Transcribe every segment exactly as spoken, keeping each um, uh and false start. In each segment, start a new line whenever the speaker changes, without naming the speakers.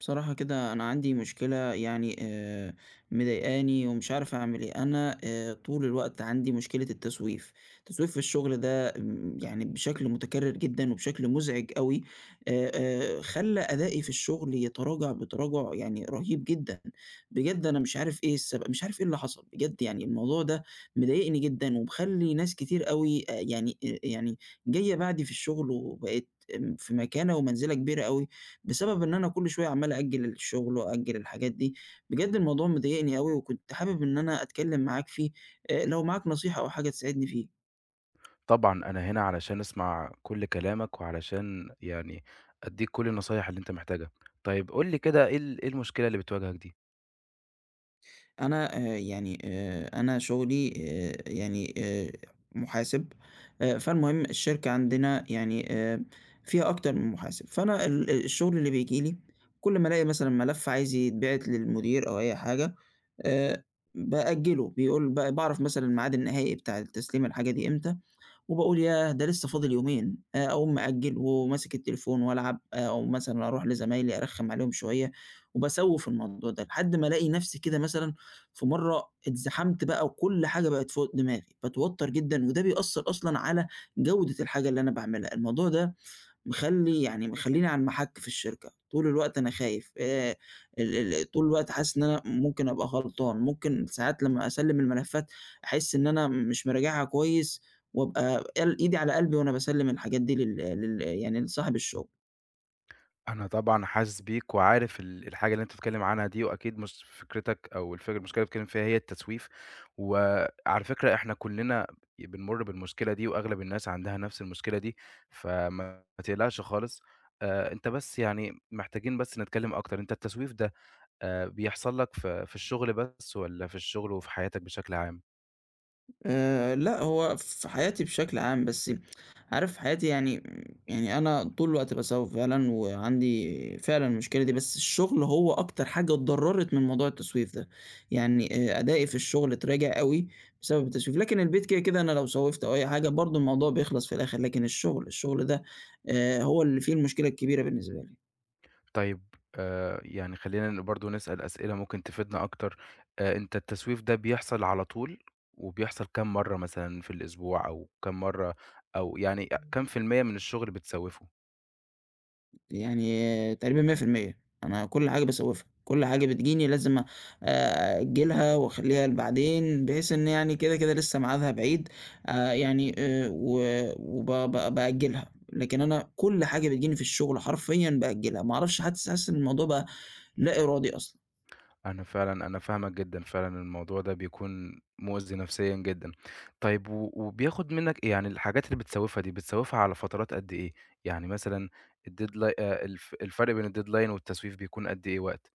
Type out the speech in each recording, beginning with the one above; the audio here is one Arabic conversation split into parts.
بصراحة كده أنا عندي مشكلة يعني آه، مضايقاني ومش عارف أعمل إيه، أنا آه، طول الوقت عندي مشكلة التسويف، التسويف في الشغل ده م، يعني بشكل متكرر جدًا وبشكل مزعج أوي، آآ، آآ، خلّى أدائي في الشغل يتراجع بتراجع يعني رهيب جدًا، بجد أنا مش عارف إيه السبب، مش عارف إيه اللي حصل، بجد يعني الموضوع ده مضايقني جدًا ومخلّي ناس كتير أوي آآ، يعني آآ، يعني جاية بعدي في الشغل وبقت آمم، في مكانة ومنزلة كبيرة أوي. بسبب إن أنا كل شوية عمّال أأجّل الشغل وأأجّل الحاجات دي، بجد الموضوع مضايقني أوي وكنت حابب إن أنا أتكلّم معاك فيه، آآ لو معاك نصيحة أو حاجة تساعدني فيه.
طبعًا، أنا هنا علشان أسمع كل كلامك، وعلشان يعني أدّيك كل النصايح اللي أنت محتاجها. طيب قُل لي كده إيه ال إيه المشكلة اللي بتواجهك دي؟
أنا آآ يعني آآ أنا شغلي آآ يعني آآ محاسب، آآ فالمهم الشركة عندنا يعني آآ فيها أكتر من محاسب، فأنا ال ال- الشغل اللي بييجي لي كل ما ألاقي مثلًا ملف عايز يتبعت للمدير أو أي حاجة، آآ بأجّله، بيقول ب باعرف مثلًا الميعاد النهائي بتاع تسليم الحاجة دي إمتى، وباقول ياه! ده لسه فاضل يومين، آآ أقوم مأجّل وماسك التليفون وألعب، آه، أو مثلًا أروح لزمايلي أرخّم عليهم شوية، وباسوّف الموضوع ده، لحد ما ألاقي نفسي كده مثلًا في مرّة اتزحمت بقى وكل حاجة بقت فوق دماغي، باتوتّر جدًا وده بيأثّر أصلًا على جودة الحاجة اللي أنا باعملها، الموضوع ده مخلّي يعني مخلّيني على المَحَك في الشركة، طول الوقت أنا خايف آآ ال ال طول الوقت حاسس إن أنا ممكن أبقى غلطان، ممكن ساعات لمّا أسلِّم الملفات أحس إن أنا مش مراجعها كويس وأبقى قل إيدي على قلبي وأنا باسلِّم الحاجات دي لل لل يعني لصاحب الشغل.
أنا طبعًا حاسس بيك، وعارف ال الحاجة اللي أنت بتتكلم عنها دي، وأكيد مش فكرتك أو الف المشكلة اللي بتتكلم فيها هي التسويف، وعلى فكرة إحنا كلنا بنمُر بالمشكلة دي، وأغلب الناس عندها نفس المشكلة دي، فما ما تقلقش خالص. آآ، أنت بس يعني محتاجين بس نتكلم أكتر، أنت التسويف ده آآ بيحصل لك في في الشغل بس والّا في الشغل وفي حياتك بشكل عام؟
آآ لأ، هو في حياتي بشكل عام، بس عارف حياتي يعني يعني أنا طول الوقت باسوّف فعلًا وعندي فعلًا المشكلة دي، بس الشغل هو أكتر حاجة اتضرّرت من موضوع التسويف ده، يعني آآ أدائي في الشغل اتراجع أوي بسبب التسويف، لكن البيت كده، كده أنا لو سوّفت أو أي حاجة برضه الموضوع بيخلص في الآخر، لكن الشغل، الشغل ده آآ هو اللي فيه المشكلة الكبيرة بالنسبة لي.
طيب آآ يعني خلّينا ن برضه نسأل أسئلة ممكن تفيدنا أكتر، آآ أنت التسويف ده بيحصل على طول، وبيحصل كام مرّة مثلًا في الأسبوع أو كام مرّة أو يعني أ كام في المِيّة من الشغل بتسوّفه؟
يعني تقريبًا مية في المية أنا كل حاجة باسوّفها، كل حاجة بتجيني لازم أ أأجّلها وأخلّيها لبعدين، بحيث إن يعني كده، كده لسه ميعادها بعيد آآ يعني آآ و وب ب بأجّلها، لكن أنا كل حاجة بتجيني في الشغل حرفيًا بأجّلها، ما أعرفش حاسس حاسس إن الموضوع بقى لا إرادي أصلًا.
أنا فعلًا أنا فاهمك جدًا، فعلًا الموضوع ده بيكون مؤذي نفسيًا جدًا. طيب و وبياخد منّك إيه؟ يعني الحاجات اللي بتسوّفها دي، بتسوّفها على فترات قد إيه؟ يعني مثلًا الdeadli آآ الف الفرق بين الdeadline والتسويف بيكون قد إيه وقت؟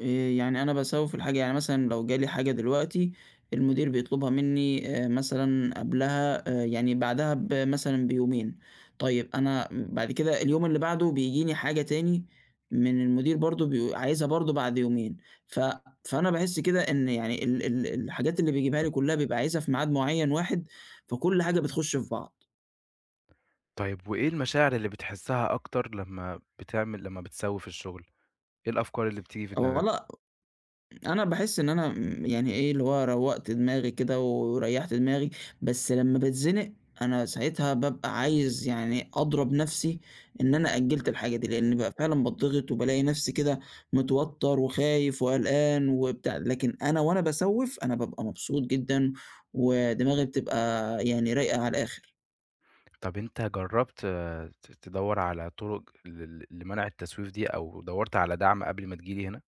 آآ يعني أنا باسوّف الحاجة، يعني مثلًا لو جالي حاجة دلوقتي المدير بيطلبها منّي آآ مثلًا قبلها آآ يعني بعدها ب مثلًا بيومين، طيب أنا بعد كده اليوم اللي بعده بييجي لي حاجة تاني من المدير برضه بي عايزها برضه بعد يومين، ف فأنا باحس كده إن يعني ال ال الحاجات اللي بيجيبها لي كلّها بيبقى عايزها في ميعاد معيّن واحد، فكل حاجة بتخُش في بعض.
طيب وإيه المشاعر اللي بتحسّها أكتر لمّا بتعمل لمّا بتسوّف الشغل؟ إيه الأفكار اللي بتيجي في دماغك؟
اولا أنا باحس إن أنا م يعني إيه، اللي هو روّقت دماغي كده وريّحت دماغي، بس لمّا باتزنق أنا ساعتها بابقى عايز يعني أضرب نَفْسي إن أنا أجّلت الحاجة دي، لإن بقى فعلًا باتضغط وبالاقي نَفْسي كده متوتّر وخايف وقلقان وبتاع، لكن أنا وأنا باسوّف أنا بابقى مبسوط جدًا ودماغي بتبقى يعني رايقة على الآخر.
طب أنت جرّبت آه، ت تدوّر على طُرق لل لمنع التسويف دي أو دوّرت على دعم قبل ما تيجي لي هنا؟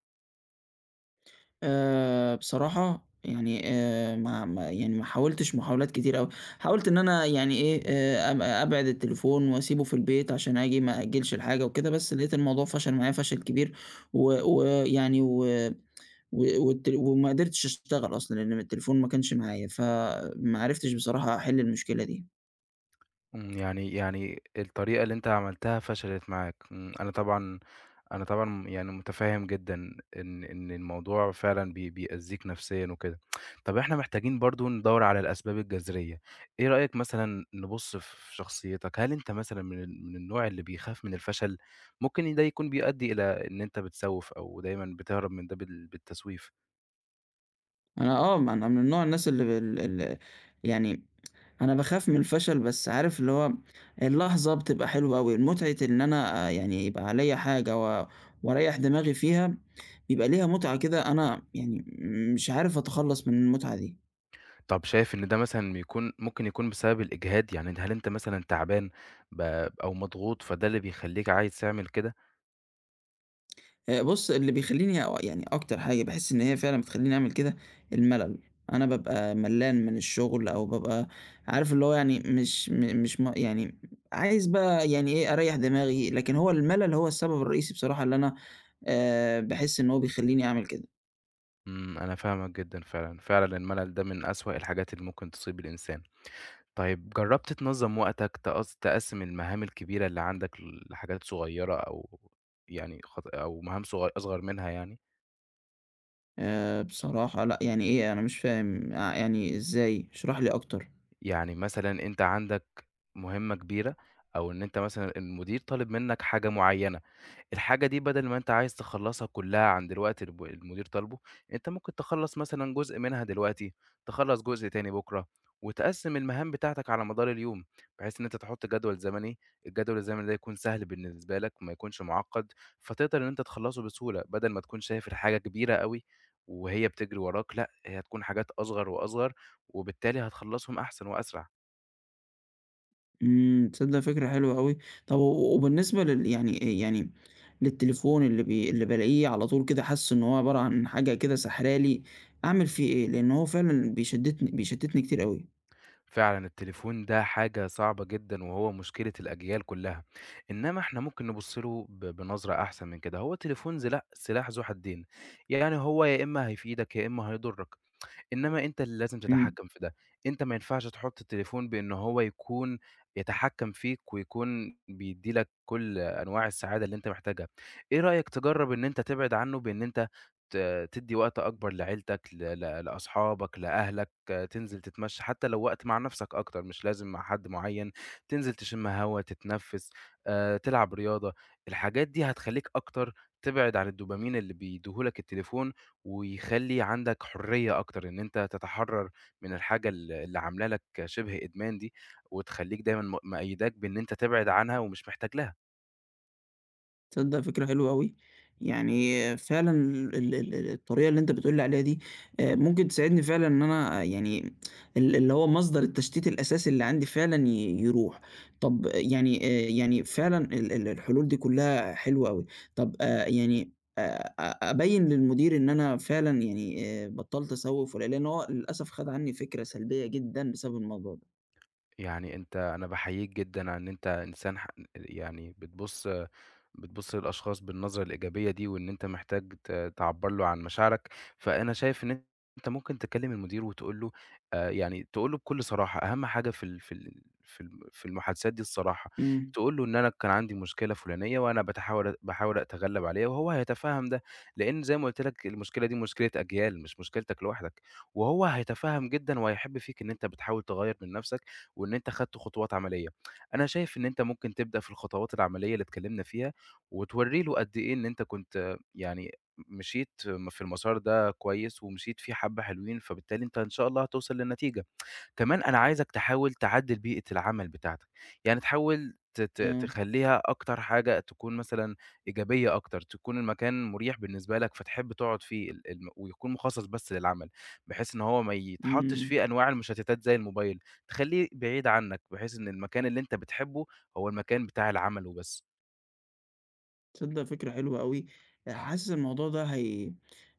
آآ بصراحة يعني آآ ما ما يعني ما حاولتش محاولات كتير أوي، حاولت إن أنا يعني إيه، آآ أب أبعد التليفون وأسيبه في البيت عشان آجي ما أأجّلش الحاجة وكده، بس لقيت الموضوع فشل معايا فشل كبير ويعني و ويعني و و والت وما قدرتش أشتغل أصلًا لإن التليفون ما كانش معايا، فما عرفتش بصراحة أحِل المشكلة دي.
إمم، يعني يعني الطريقة اللي أنت عملتها فشلت معاك، إمم، أنا طبعًا أنا طبعًا يعني متفهم جدًا إن إن الموضوع فعلًا بي بيأذيك نفسيًا وكده. طب إحنا محتاجين برضه ندوّر على الأسباب الجذرية، إيه رأيك مثلًا نبُص في شخصيتك، هل أنت مثلًا من ال من النوع اللي بيخاف من الفشل؟ ممكن ده يكون بيؤدي إلى إن أنت بتسوّف أو دايمًا بتهرب من ده بال بالتسويف.
أنا آه، ما أنا من نوع الناس اللي ب ال ال يعني أنا باخاف من الفشل، بس عارف اللي هو اللحظة بتبقى حلوة أوي، متعة إن أنا آه، يعني يبقى عليّا حاجة و وأريّح دماغي فيها، بيبقى ليها متعة كده أنا يعني مش عارف أتخلّص من المتعة دي.
طب شايف إن ده مثلًا بيكون ممكن يكون بسبب الإجهاد، يعني أنت هل أنت مثلًا تعبان ب أو مضغوط فده اللي بيخلّيك عايز تعمل كده؟
آآ بُص، اللي بيخلّيني أو يعني أكتر حاجة باحس إن هي فعلًا بتخلّيني أعمل كده، الملل. أنا بابقى ملّان من الشغل أو بابقى عارف اللي هو يعني مش م مش م يعني عايز بقى يعني إيه، أريّح دماغي، لكن هو الملل هو السبب الرئيسي بصراحة اللي أنا آآ باحس إن هو بيخلّيني أعمل كده.
إمم، أنا فاهمك جدًا فعلًا، فعلًا الملل ده من أسوأ الحاجات اللي ممكن تصيب الإنسان. طيب جرّبت تنظّم وقتك تقص تقسّم المهام الكبيرة اللي عندك لحاجات صغيرة أو يعني خط أو مهام صغ أصغر منها يعني؟
آآ بصراحة لأ، يعني إيه أنا مش فاهم آآ يعني إزاي؟ اشرح لي أكتر.
يعني مثلًا أنت عندك مهمة كبيرة أو إن أنت مثلًا المدير طالب منّك حاجة معيّنة. الحاجة دي بدل ما أنت عايز تخلّصها كلّها عند الوقت الب المدير طالبه، أنت ممكن تخلّص مثلًا جزء منها دلوقتي، تخلّص جزء تاني بُكرة، وتقسّم المهام بتاعتك على مدار اليوم، بحيث إن أنت تحط جدول زمني، الجدول الزمني ده يكون سهل بالنسبة لك ما يكونش معقّد، فتقدر إن أنت تخلّصه بسهولة، بدل ما تكون شايف الحاجة كبيرة أوي وهي بتجري وراك، لأ هي هتكون حاجات أصغر وأصغر، وبالتالي هتخلّصهم أحسن وأسرع.
إمم، تصدق فكرة حلوة أوي. طب و وبالنسبة لل يعني آآ يعني للتليفون اللي بي اللي بالاقيه على طول كده حاسس إن هو عبارة عن حاجة كده ساحرة لي، أعمل فيه إيه؟ لإن هو فعلًا بيشتتني بيشتتني كتير أوي.
فعلًا التليفون ده حاجة صعبة جدًا وهو مشكلة الأجيال كلّها، إنّما إحنا ممكن نبُص له ب بنظرة أحسن من كده، هو التليفون زلا سلاح ذو حدين، يعني هو يا إمّا هيفيدك يا إمّا هيضرّك. إنما أنت اللي لازم
إمم.
تتحكّم في ده، أنت ما ينفعش تحُط التليفون بإن هو يكون يتحكّم فيك ويكون بيدّي لك كل أنواع السعادة اللي أنت محتاجها. إيه رأيك تجرّب إن أنت تبعد عنّه بإن أنت ت تدّي وقت أكبر لعيلتك، ل ل لأصحابك، لأهلك، آه، تنزل تتمشّى حتّى لو وقت مع نَفْسك أكتر مش لازم مع حد معيّن، تنزل تشِم هوا، تتنفّس، آآ تلعب رياضة، الحاجات دي هتخلّيك أكتر تبعد عن الدوبامين اللي بيدّيه لك التليفون ويخلّي عندك حرية أكتر، إن أنت تتحرّر من الحاجة ال اللي عاملة لك شِبه إدمان دي، وتخلّيك دايمًا م مقيّداك بإن أنت تبعد عنها ومش محتاج لها.
تصدق فكرة حلوة أوي، يعني فعلًا ال ال ال الطريقة اللي أنت بتقول لي عليها دي آآ ممكن تساعدني فعلًا إن أنا آه، يعني ال اللي هو مصدر التشتيت الأساسي اللي عندي فعلًا ي يروح، طب آه، يعني آآ يعني فعلًا ال ال الحلول دي كلها حلوة أوي، طب آآ يعني آآ أ أبيّن للمدير إن أنا فعلًا يعني آآ بطّلت أسوّف ولا إيه؟ لإن هو للأسف خَد عنّي فكرة سلبية جدًا بسبب الموضوع ده.
يعني أنت أنا باحييك جدًا عن إن أنت إنسان ح يعني بتبُص بتبُص للأشخاص بالنظرة الإيجابية دي، وإن أنت محتاج ت تعبّر له عن مشاعرك، فأنا شايف إن أنت ممكن تكلم المدير وتقول له آآ يعني تقول له بكل صراحة، أهم حاجة في ال في ال في الم في المحادثات دي الصراحة،
إمم،
تقول له إن أنا كان عندي مشكلة فلانية وأنا باتحاول باحاول أتغلب عليها، وهو هيتفهم ده، لإن زي ما قُلت لك المشكلة دي مشكلة أجيال، مش مشكلتك لوحدك، وهو هيتفهم جدًا وهيحب فيك إن أنت بتحاول تغيّر من نفسك وإن أنت خدت خطوات عملية. أنا شايف إن أنت ممكن تبدأ في الخطوات العملية اللي اتكلمنا فيها، وتورّي له قد إيه إن أنت كنت يعني مشيت في المسار ده كويس، ومشيت فيه حبة حلوين، فبالتالي أنت إن شاء الله هتوصل لنتيجة. كمان أنا عايزك تحاول تعدّل بيئة العمل بتاعتك، يعني تحاول ت ت
آه،
تخلّيها أكتر حاجة تكون مثلًا إيجابية أكتر، تكون المكان مريح بالنسبة لك فتحب تقعد فيه، ال الم ويكون مخصص بس للعمل، بحيث إن هو ما
إمم،
يتحطّش
إمم.
فيه أنواع المشتتات زي الموبايل، تخلّيه بعيد عنك، بحيث إن المكان اللي أنت بتحبه هو المكان بتاع العمل وبس.
تصدق فكرة حلوة أوي، حاسس الموضوع ده هي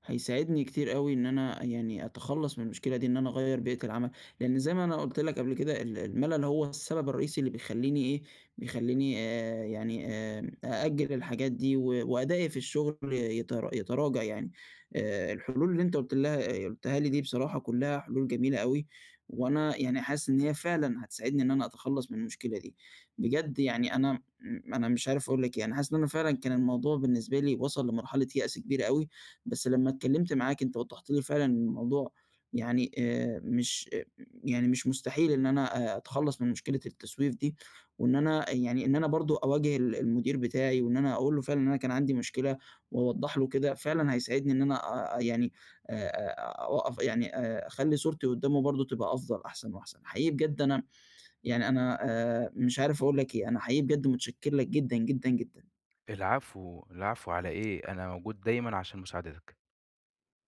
هيساعدني كتير أوي إن أنا يعني أتخلّص من المشكلة دي، إن أنا أغيّر بيئة العمل، لإن زي ما أنا قُلت لك قبل كده ال الملل هو السبب الرئيسي اللي بيخلّيني إيه، بيخلّيني آآ يعني آمم أأجّل الحاجات دي و وأدائي في الشغل يتر يتراجع يعني، آآ الحلول اللي أنت قُلت لها قُلتها لي دي بصراحة كلّها حلول جميلة أوي، وأنا يعني حاسس إن هي فعلًا هتساعدني إن أنا أتخلّص من المشكلة دي، بجد يعني أنا إمم، أنا مش عارف أقول لك إيه، أنا حاسس إن أنا فعلًا كان الموضوع بالنسبة لي وصل لمرحلة يأس كبيرة أوي، بس لمّا اتكلمت معاك أنت وضّحت لي فعلًا إن الموضوع يعني آآ مش آه، يعني مش مستحيل إن أنا آآ أتخلّص من مشكلة التسويف دي، وإن أنا يعني إن أنا برضه أواجه ال المدير بتاعي وإن أنا أقول له فعلًا إن أنا كان عندي مشكلة وأوضّح له كده، فعلًا هيساعدني إن أنا آآ يعني آآ أوقّف يعني آآ أخلّي صورتي قدّامه برضه تبقى أفضل أحسن وأحسن. حقيقي بجد أنا يعني أنا آآ مش عارف أقول لك إيه، أنا حقيقي بجد متشكّر لك جدًا، جدًا، جدًا.
العفو، العفو على إيه، أنا موجود دايمًا عشان مساعدتك.